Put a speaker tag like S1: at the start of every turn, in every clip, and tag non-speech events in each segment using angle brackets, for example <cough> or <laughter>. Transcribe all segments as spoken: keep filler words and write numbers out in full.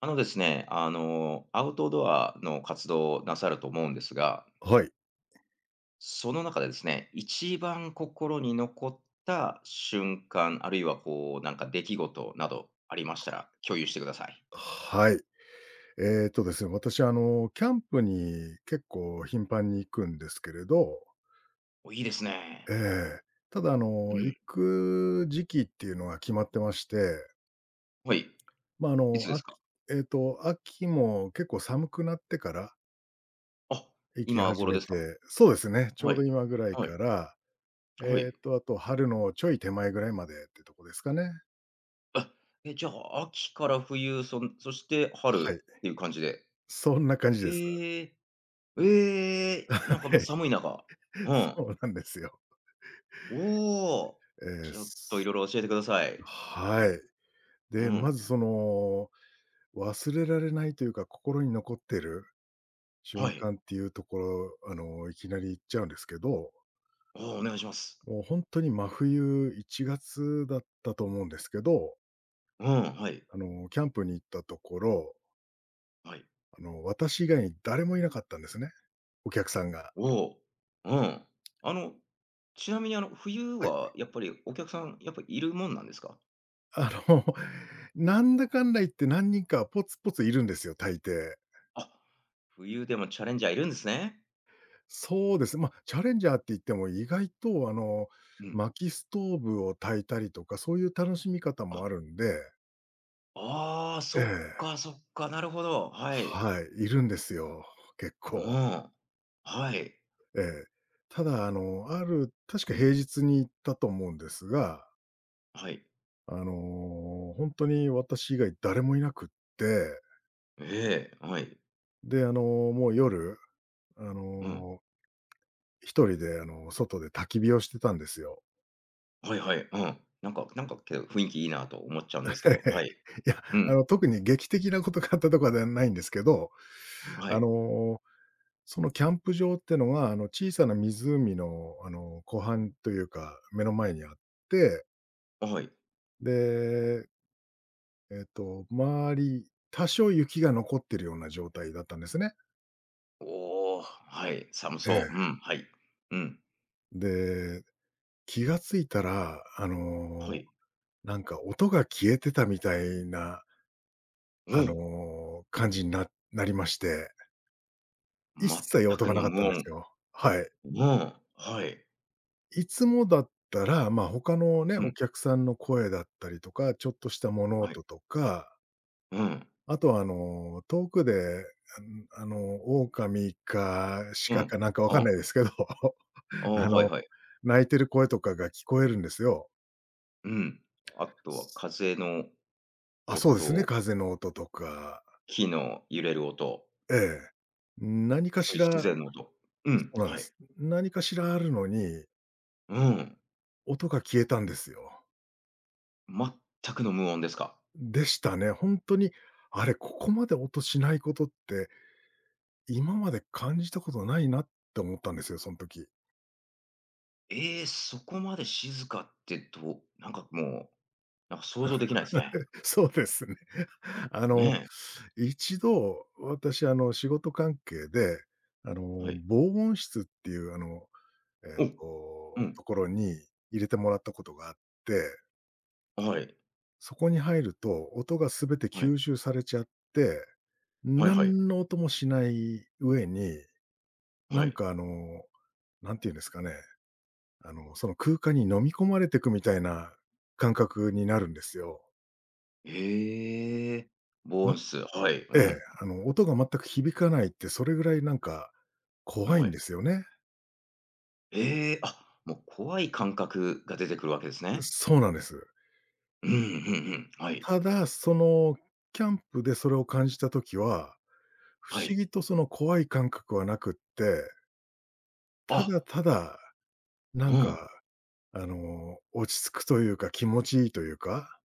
S1: あのですね、あの、アウトドアの活動をなさると思うんですが、
S2: はい。
S1: その中でですね、一番心に残った瞬間、あるいはこう、なんか出来事などありましたら共有してください。
S2: はい。えっとですね、私、あの、キャンプに結構頻繁に行くんですけれど、
S1: お、いいです
S2: え
S1: ね。
S2: え。ただ、あ
S1: う
S2: の、
S1: ん。
S2: 行く時期っていうのが決まってまして、
S1: はい。
S2: まあ、あ
S1: いつ
S2: の、
S1: で
S2: あ
S1: す
S2: き
S1: か？
S2: えっと、秋も結構寒くなってから
S1: あ、
S2: 行き
S1: 今
S2: 始
S1: 頃
S2: め
S1: ですか？
S2: て、そうですね、ちょ
S1: は
S2: う
S1: い。
S2: ど今ぐらい
S1: はい。
S2: から、
S1: はい。
S2: えっと、あと春のちょい手前ぐらいまでってとこですかね。
S1: あ、え、じゃあ、秋から冬、そんそして
S2: は
S1: 春
S2: い。
S1: っていう感じで。
S2: そんな感じです。
S1: ええ、ええ、
S2: は
S1: なんかもう
S2: い。
S1: 寒い中。
S2: <laughs>
S1: うん。
S2: そうなんですよ。
S1: おお。
S2: えー
S1: ちょっといろ
S2: す
S1: いろ教えてください。
S2: はい。
S1: う
S2: で、ま
S1: ん。
S2: ずその、忘れられないというか、心に残ってる
S1: は
S2: 瞬
S1: い。
S2: 間っていうところ、あの、いきなり行っちゃうんですけど、
S1: おお、お願いします。
S2: もうほんとに真冬いちがつだったと思うんですけど、
S1: うん、はい。
S2: あの、キャンプに行ったところ、
S1: はい。
S2: あの、私以外に誰もいなかったんですね、お客さんが。
S1: おお。うん。あの、ちなみにあの、冬
S2: はい。
S1: はやっぱりお客さん、やっぱいるもんなんですか？
S2: あの、<laughs> なんだかんだ言って何人かポツポツいるんですよ、大抵。
S1: あ、冬でもチャレンジャーいるんですね。
S2: そうですね。まあ、チャレンジャーって言っても、意外とあの、
S1: うん。
S2: 薪ストーブを焚いたりとか、そういう楽しみ方
S1: あ、
S2: もあるんで、
S1: ああ、
S2: え
S1: そっか
S2: え、
S1: そっか、なるほど。はい。
S2: はい、いるんですよ、結
S1: う
S2: 構。
S1: ん。はい。
S2: ええ。ただ、あの、ある確
S1: う
S2: か
S1: ん。
S2: 平日に行ったと思うんですが、
S1: はい。
S2: あの、本当に私以外誰もいなくって、
S1: ええ、はい。
S2: で、あの、もう夜、あ
S1: うん。
S2: の、一人であの、外で焚き火をしてたんですよ。
S1: はいはい。うん。なんかなんか、けど雰囲気いいなと思っちゃうんですけど。は
S2: え
S1: い。
S2: え。<laughs> いや、
S1: う
S2: あ
S1: ん。
S2: の、特に劇的なことがあったとかではないんですけど、
S1: は
S2: あ
S1: い。
S2: の、そのキャンプ場ってのは、あの、小さな湖の、あの、湖畔というか、目の前にあって、
S1: はい。
S2: で、えっと、周り、多少雪が残ってるような状態だったんですね。
S1: おお、はい、寒
S2: え
S1: そ
S2: え。
S1: う。うん、はい。うん、
S2: で、気がついたら、あ
S1: は
S2: の、
S1: い。
S2: なんか音が消えてたみたいな、
S1: お
S2: あの、感じにななりまして、一
S1: お、
S2: 切
S1: 全
S2: 音
S1: く
S2: がな
S1: の
S2: かった
S1: 無
S2: んで
S1: 音。
S2: すよ。はい。
S1: うん、はい。
S2: いつもだったら、まあ、他のね、
S1: う
S2: お
S1: ん、
S2: 客さんの声だったりとか、ちょっとした物
S1: はい。
S2: 音とか、
S1: うん、
S2: あとは、あの、遠くで、ああの、狼か
S1: う
S2: 鹿
S1: ん。
S2: かなんかわかん
S1: あ、
S2: ないですけど、<laughs>
S1: ああ
S2: あ
S1: はい
S2: の、
S1: はい。
S2: 鳴いてる声とかが聞こえるんですよ。
S1: うん。あと
S2: す
S1: は風の
S2: あ、そうですね、
S1: 音、
S2: 風の音とか。
S1: 木の揺れる音、
S2: ええ。何か
S1: そうい
S2: し
S1: う自
S2: ら、
S1: 然の音。う
S2: そ
S1: ん、
S2: うなんで
S1: はい。
S2: す。何かしらあるのに、
S1: うん、
S2: 音が消えたんですよ。
S1: 全くの無音ですか。
S2: でしたね。本当に、あれ、ここまで音しないことって今まで感じたことないなって思ったんですよ、その時。
S1: えーそこまで静かってどうなんかもう、なんか想像できないですね。
S2: <laughs> そうですね。<laughs> あの、
S1: ね
S2: 一度、私、あの、仕事関係で、あの、
S1: え、はい。
S2: 防音室っていう、あの、えっ
S1: お、う
S2: と、
S1: ん、
S2: ところに入れてもらったことがあって、
S1: はい、
S2: そこに入ると音が全て
S1: はい。
S2: 吸収されちゃって、
S1: はいはい。
S2: 何の音もしない上に、
S1: は
S2: なん
S1: い。
S2: か、あの、なんていうんですかね、あの、その空間に飲み込まれていくみたいな感覚になるんですよ。
S1: ええ、ボー
S2: ま
S1: ンス、はい、う
S2: ええ、
S1: ん、
S2: あの、音が全く響かないって、それぐらいなんか怖い
S1: は
S2: ん
S1: い。
S2: ですよね。
S1: ええ、あ、もう怖い感覚が出てくるわけです
S2: う
S1: ね。
S2: そうなんです。
S1: うんうんうん。はい、
S2: ただ、そのキャンプでそれを感じた時は、不
S1: は
S2: 思
S1: い。
S2: 議とその怖い感覚はなくって、た
S1: あ、
S2: だただ、な
S1: う
S2: ん
S1: ん。
S2: か、あの、落ち着くというか、気持ちいいというか、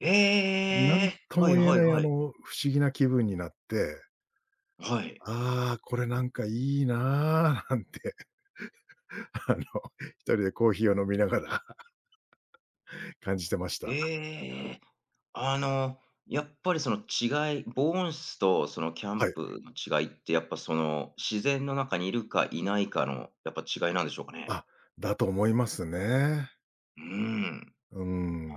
S1: え
S2: なん
S1: え、
S2: と
S1: は
S2: も
S1: い
S2: 言え
S1: はい
S2: ない、あ
S1: は
S2: の、
S1: い。
S2: 不思議な気分になって、
S1: はい。
S2: ああ、これなんかいいな、なんて <laughs> あの、一人でコーヒーを飲みながら <laughs> 感じてました。
S1: ええ、あの、やっぱりその違い防音室とそのキャ
S2: は
S1: ン
S2: い。
S1: プの違いって、やっぱその、自然の中にいるかいないかの、やっぱ違いなんでしょうかね？
S2: あ、だと思いますね。
S1: うーん。
S2: うー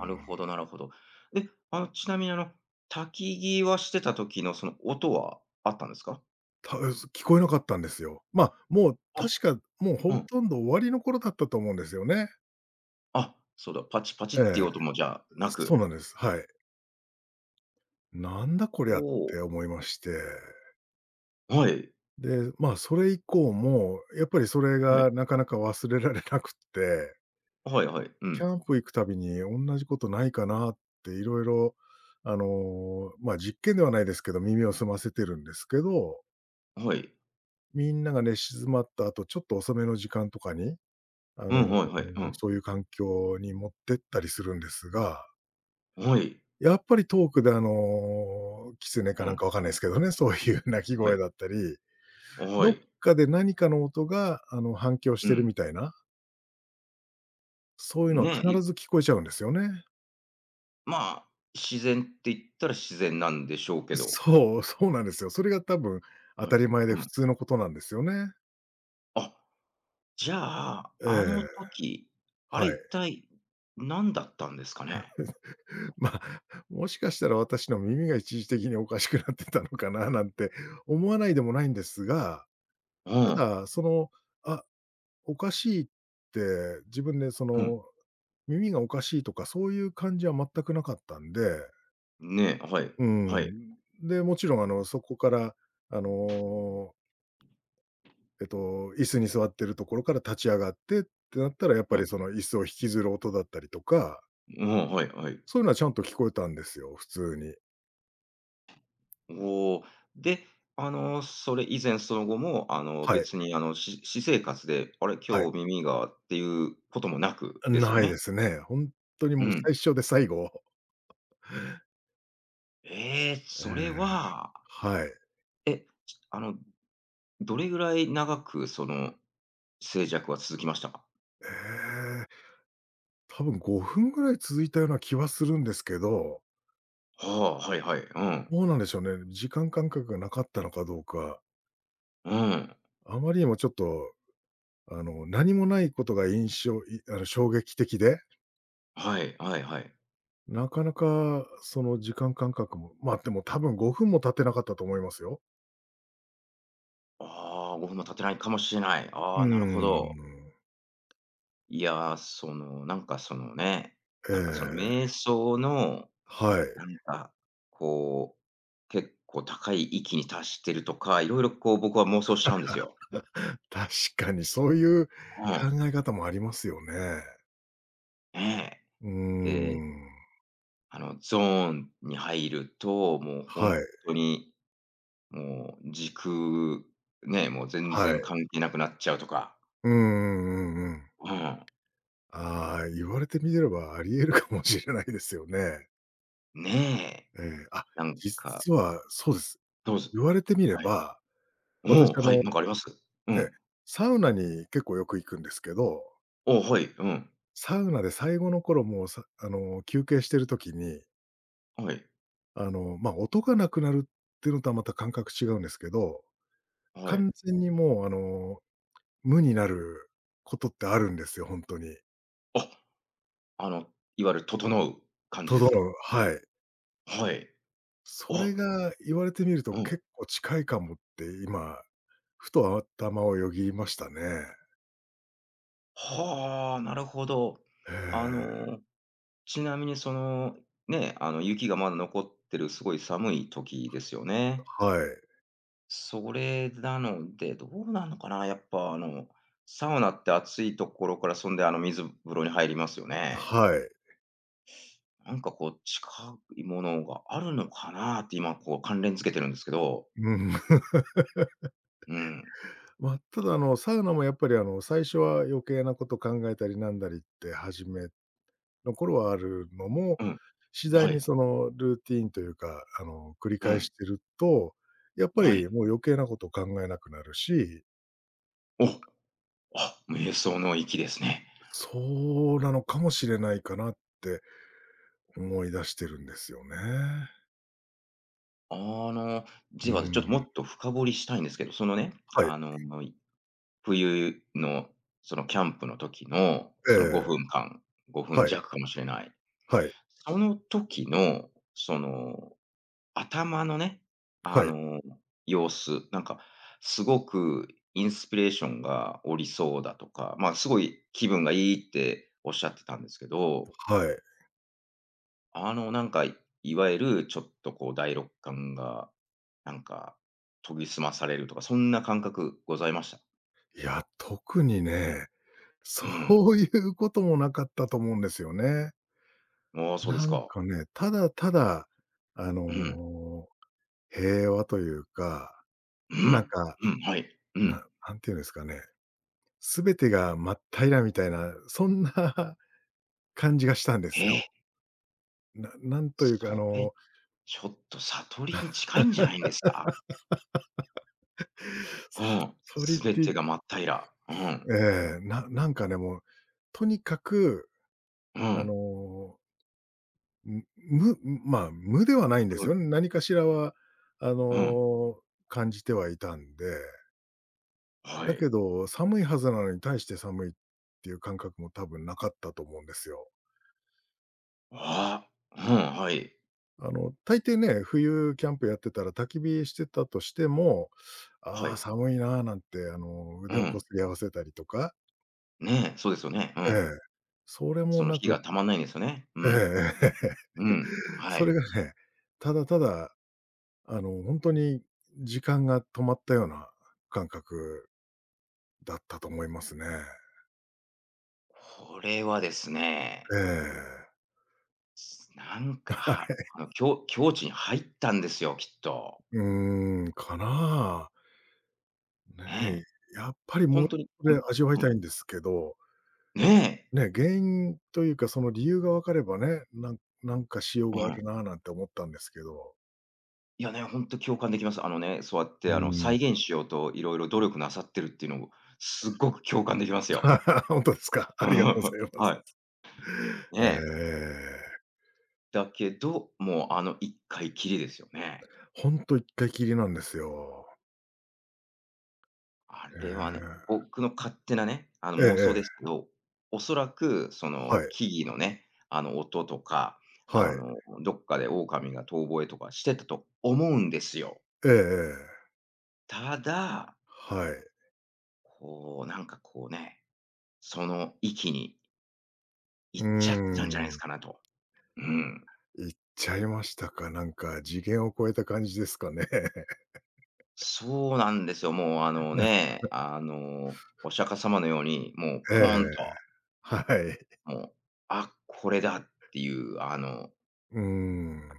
S1: なるほどなるほど。で、あの、ちなみにあの、焚きぎはしてた時のその音はあったんですか？
S2: た聞こえなかったんですよ。まあ、もう
S1: あ、
S2: 確か、もう
S1: う
S2: ほ
S1: ん。
S2: とんど終わりの頃だったと思うんですよね。
S1: あ、そうだ、パチパチっ
S2: え
S1: ていう
S2: え、
S1: 音もじゃあな
S2: そう
S1: く。
S2: なんです。はい。なんだこり
S1: お
S2: ゃっ
S1: お、
S2: て思いまして。
S1: はい。
S2: で、まあ、それ以降もやっぱりそれ
S1: はい。
S2: がなかなか忘れられなくって、
S1: はいはい。う
S2: キ
S1: ん。
S2: ャンプ行くたびに同じことないかなっていろいろ、あの、まあ、実験ではないですけど、耳を澄ませてるんですけど、
S1: はい。
S2: みんなが寝静まった後、ちょっと遅めの時間とかに、あ
S1: う
S2: の、
S1: ん、はいはい。うん。
S2: そういう環境に持ってったりするんですが、
S1: はい。
S2: やっぱり遠くで、あの、キツネ
S1: う
S2: かなん
S1: ん。
S2: かわかんないですけどね、そういう <laughs> 鳴き
S1: は
S2: 声
S1: い。
S2: だったり、
S1: は
S2: どっ
S1: い。
S2: かで何かの音が、あの、反響し
S1: う
S2: てる
S1: ん。
S2: みたいな、そういうのは
S1: ね、い
S2: 必ず聞こえちゃうんですよね。
S1: まあ、自然って言ったら自然なんでしょうけど。
S2: そう、そうなんですよ。それが多分当
S1: はい。
S2: たり前で
S1: う
S2: 普
S1: ん。
S2: 通のことなんですよね。
S1: あ、じゃあ、
S2: え
S1: あの
S2: え、
S1: 時、あ
S2: は
S1: れ
S2: い。
S1: 一体何だったんですかね？
S2: <laughs> ま、あもしかしたら私の耳が一時的におかしくなってたのかななんて思わないでもないんですが、
S1: う
S2: た
S1: ん。
S2: だ、その、あ、おかしいって、自分でそ
S1: うん。
S2: の、耳がおかしいとかそういう感じは全くなかったんで。
S1: ねえ、はい。
S2: う
S1: はい。
S2: ん。で、もちろんあの、そこからあのえっと、椅子に座ってるところから立ち上がってってなったら、やっぱ
S1: はい。
S2: りその椅子を引きずる音だったりとか、
S1: うん、はいはい。
S2: そういうのはちゃんと聞こえたんですよ、普通に。
S1: おお。で、あの、それ以前その後も、あの、
S2: はい、
S1: 別に、あの、し私生活で、あれ、
S2: はい。
S1: 今日耳がっていうこともなくですよ
S2: ない
S1: ね？
S2: ですね。ほんとに
S1: う
S2: もう
S1: ん。
S2: 最初で最後。<laughs>
S1: ええ、
S2: ええ、
S1: それは、
S2: はい。
S1: え、あの、どれぐらい長くその静寂は続きましたか？
S2: ええ、多分ごふんぐらい続いたような気はするんですけど、
S1: はあ、はいはい。うん。
S2: どうなんでしょうね、時間感覚がなかったのかどうか、
S1: うん。
S2: あまりにもちょっと、あの、何もないことが印象いあの、衝撃的で
S1: はいはいはい。
S2: なかなかその時間感覚も、まあ、でも多分ごふんも経ってなかったと思いますよ。
S1: ああ、ごふんも経ってないかもしれない。
S2: う
S1: ああ、なるほ
S2: ー
S1: ど。
S2: ん。
S1: いやー、その、なんか、そのね、
S2: え
S1: なんか、その
S2: え。
S1: 瞑想の、
S2: は
S1: な
S2: い。
S1: んか、こう、結構高い域に達してるとか、いろいろこう僕は妄想しちゃうんですよ。
S2: 確かにそういう考
S1: うん。
S2: え方もありますよね。
S1: ね
S2: うー
S1: え。で、
S2: ん。
S1: あの、ゾーンに入ると、もう
S2: はい、
S1: 本当に、もう時空、ねえ、もう全
S2: は
S1: 然
S2: い。
S1: 関係なくなっちゃうとか。
S2: うんうんうんうん。
S1: うん。
S2: ああ、言われてみればあり得るかもしれないですよね。
S1: ねえ。
S2: ええ、あ、
S1: なんか、
S2: 実はそうです。
S1: どうぞ
S2: 言われてみれ
S1: はい。
S2: ば、私
S1: おお、
S2: あ
S1: はい、
S2: の
S1: なんかあります？う
S2: ええ、
S1: ん。
S2: サウナに結構よく行くんですけど、
S1: おお、はい、うん。
S2: サウナで最後の頃もう、さあの、休憩してる時に、
S1: はい、
S2: あの、まあ、音がなくなるっていうのとはまた感覚違うんですけど、
S1: はい。
S2: 完全にもう、あの、無になることってあるんですよ、ほんとに。
S1: ああの、いわゆる整う感じ
S2: と
S1: で
S2: ど
S1: すか？
S2: のはい。
S1: はい。
S2: そ
S1: あ、
S2: れが言われてみると
S1: うん。
S2: 結構近いかもって今、ふと頭をよぎりましたね。
S1: はあ、なるほど。
S2: え
S1: あ
S2: え、
S1: の、ちなみにその、ね、あの、雪がまだ残ってるすごい寒い時ですよね。
S2: はい。
S1: それなので、どうなのかな、やっぱ、あの、サウナって暑いところから、そんで、あの、水風呂に入りますよね。
S2: はい。
S1: なんかこう、近いものがあるのかなって今こう関連付けてるんですけど。
S2: うん。<laughs>
S1: うん。
S2: ま、ただ、あの、サウナもやっぱり、あの、最初は余計なこと考えたりなんだりって始めの頃はあるのも、
S1: うん。
S2: 次第
S1: は
S2: に
S1: い。
S2: そのルーティンというか、あの、繰り
S1: う
S2: 返
S1: ん。
S2: してると、やっぱ
S1: はい。
S2: りもう余計なこと考えなくなるし、
S1: お。あ、瞑想の域ですね。
S2: そうなのかもしれないかなって思い出してるんですよね。
S1: あの、
S2: うー
S1: ではちょっ
S2: ん。
S1: ともっと深掘りしたいんですけど、そのね、
S2: はい。
S1: あの、冬のそのキャンプの時の、
S2: え
S1: その
S2: え。
S1: ごふんかん、ごふん
S2: はい。
S1: 弱かもしれない。
S2: はい。
S1: その時の、その、頭のね、あ
S2: はい。
S1: の、様子、なんか、すごくインスピレーションがおりそうだとか、まあ、すごい気分がいいっておっしゃってたんですけど
S2: はい。
S1: あの、なんか、いわゆるちょっとこう第六感が、なんか、研ぎ澄まされるとか、そんな感覚ございました。
S2: いや、特にね、そ
S1: うん。
S2: ういうこともなかったと思うんですよね。
S1: ああ、そうです
S2: なん
S1: か。
S2: かね、ただただ、あ
S1: うん。
S2: の、平和というか、
S1: う
S2: なん
S1: ん。
S2: か
S1: うん、はい。う
S2: な
S1: ん。
S2: なんていうんですかね、全てが真っ平らみたいな、そんな <laughs> 感じがしたんです
S1: ええ、
S2: よ。ななんというか、あ
S1: それ、
S2: の、
S1: ちょっと悟りに近いんじゃないんですか？うん。
S2: 悟り
S1: す
S2: っ
S1: べて
S2: て、
S1: が真っ平ら。うん。
S2: ええ、ななんかね、もう、とにかく、
S1: う
S2: あ
S1: ん。
S2: の、む無、まあ、無ではないんで
S1: う
S2: す
S1: ん。
S2: よね。何かしらは、あ
S1: うん。
S2: の、感じてはいたんで、
S1: は
S2: だけ
S1: い。
S2: ど、寒いはずなのに対して寒いっていう感覚も多分なかったと思うんですよ。
S1: ああ、うん、はい。
S2: あの、大抵ね、冬キャンプやってたら焚き火してたとしても、
S1: は
S2: ああ、
S1: い。
S2: 寒いななんて、あの、
S1: う
S2: 腕をこ
S1: ん。
S2: すり合わせたりとか、
S1: ねえ、そうですよね。う
S2: え
S1: ん。
S2: え。それ
S1: そ
S2: も
S1: の
S2: な
S1: 火
S2: く、
S1: がたまんないんですよね。う
S2: え
S1: ん。
S2: えええ。
S1: うん。
S2: <laughs>
S1: は
S2: それ
S1: い。
S2: がね、ただただ、あの、ほんとに時間が止まったような感覚だったと思いますね。
S1: これはですね、
S2: ええ。
S1: なんか、
S2: は
S1: は
S2: い。
S1: あの、き境地に入ったんですよ、きっと。
S2: うーん、かな。ね、
S1: ねえ。
S2: やっぱり
S1: ほ
S2: も
S1: んとに、ん、
S2: うで味わい
S1: う
S2: た
S1: ん、
S2: いんですけど
S1: ねえ。
S2: ね、原因というか、その理由が分かればね、なんなんかしよう
S1: う
S2: があ
S1: ん。
S2: るなあなんて思ったんですけど。
S1: いやね、ほんと共感できます。あのね、そうやっ
S2: う
S1: てあの、
S2: ーん。
S1: 再現しようと色々努力なさってるっていうのを、すっごく共感できますよ。
S2: <laughs> 本当ですか。ありがとうございま
S1: は
S2: す。
S1: い。ね
S2: え
S1: え。
S2: え。
S1: だけど、もうあの一回きりですよね。
S2: ほんと一回きりなんですよ。
S1: あれはね、
S2: え
S1: 僕の勝手なね、あの、
S2: え。えええ
S1: 妄想です
S2: え。
S1: けど、おそらくそ
S2: は
S1: の
S2: い。
S1: 木々のね、あの、音とか、
S2: は
S1: あ
S2: い。
S1: の、どっかで狼が遠吠えとかしてたと思うんですよ。
S2: ええええ。
S1: ただ、
S2: はい。
S1: こう、なんかこうね、その域に
S2: う
S1: 行
S2: ー
S1: っちゃってたんじゃないです
S2: ん。
S1: かなと。うん。
S2: 行っちゃいましたか。なんか次元を超えた感じですかね。<laughs>
S1: そうなんですよ。もうあの
S2: な
S1: ね、あの、お釈迦様のように、もう
S2: え
S1: ポー
S2: え。
S1: ンと、
S2: はい。
S1: もう、あ、これだっていう、あの、
S2: うーん。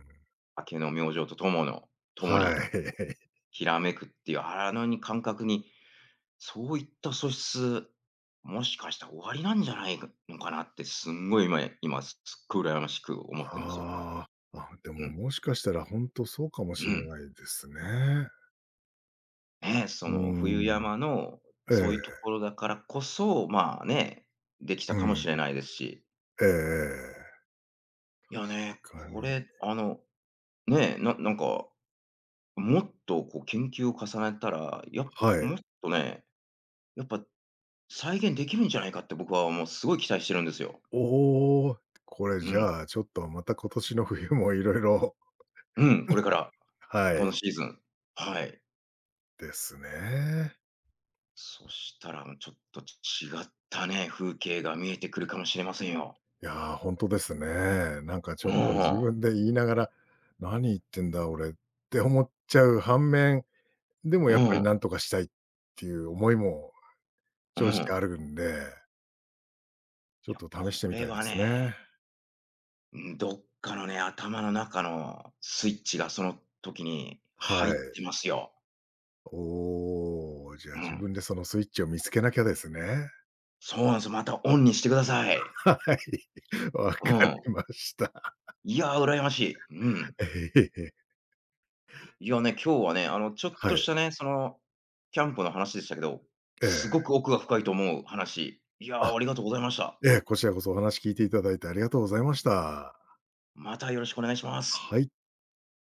S1: 明けの明星とともの、ともに
S2: はい。
S1: ひらめくっていう、あのに感覚に、そういった素質、もしかしたら終わりなんじゃないのかなって、すんごい今今、すっごい羨ましく思ってるんですよ。
S2: ああ、あ、で
S1: う
S2: も、
S1: ん。
S2: もしかしたら本当そうかもし
S1: う
S2: れ
S1: ん。
S2: ないですね。
S1: ね、そ
S2: う
S1: の冬
S2: ーん。
S1: 山の、
S2: え
S1: そ
S2: え、
S1: ういうところだからこそ、まあね、できた
S2: う
S1: かも
S2: ん。
S1: しれないですし。
S2: ええええ
S1: いやね、
S2: かに
S1: これ、あの、ね、ななんか、もっとこう研究を重ねたら、や
S2: は
S1: も
S2: い。
S1: っとね、やっぱ再現できるんじゃないかって僕はもうすごい期待してるんですよ。
S2: おお、これ
S1: う
S2: じ
S1: ん。
S2: ゃあ、ちょっとまた今年の冬もいろいろ、
S1: うん、これから、
S2: は
S1: この
S2: い、
S1: シーズン。はい。
S2: ですね。
S1: そしたら、ちょっと違ったね、風景が見えてくるかもしれませんよ。
S2: いや、ー本当ですね。なんかち
S1: うん、
S2: ょっと自
S1: う
S2: 分で言いながら、何言ってんだ俺って思っちゃう反面、でもやっぱり
S1: ん、
S2: なんとかしたいっていう思いも
S1: う
S2: 正直
S1: ん。
S2: あるんで。ち
S1: い
S2: ょっ
S1: や、
S2: と試し
S1: こ
S2: てみた
S1: れ
S2: いで
S1: は
S2: すね。
S1: ね、ん、どっかのね、頭の中のスイッチがその時に
S2: は
S1: 入っ
S2: い。
S1: てますよ。
S2: おお、じゃあ
S1: う
S2: 自
S1: ん。
S2: 分でそのスイッチを見つけなきゃですね。
S1: そうなんですよ、またオンにしてください。
S2: <laughs> はい。わか
S1: うん。
S2: りました。
S1: いや、羨ましい。うん。
S2: ええ。
S1: いやね、今日はね、あの、ちょっと
S2: は
S1: し
S2: い。
S1: たね、その、キャンプの話でしたけど、
S2: え
S1: す
S2: え。
S1: ごく奥が深いと思う話。いや
S2: あ、
S1: ー、ありがとうございました。
S2: ええ、こちらこそお話聞いていただいてありがとうございました。
S1: またよろしくお願いします。
S2: はい。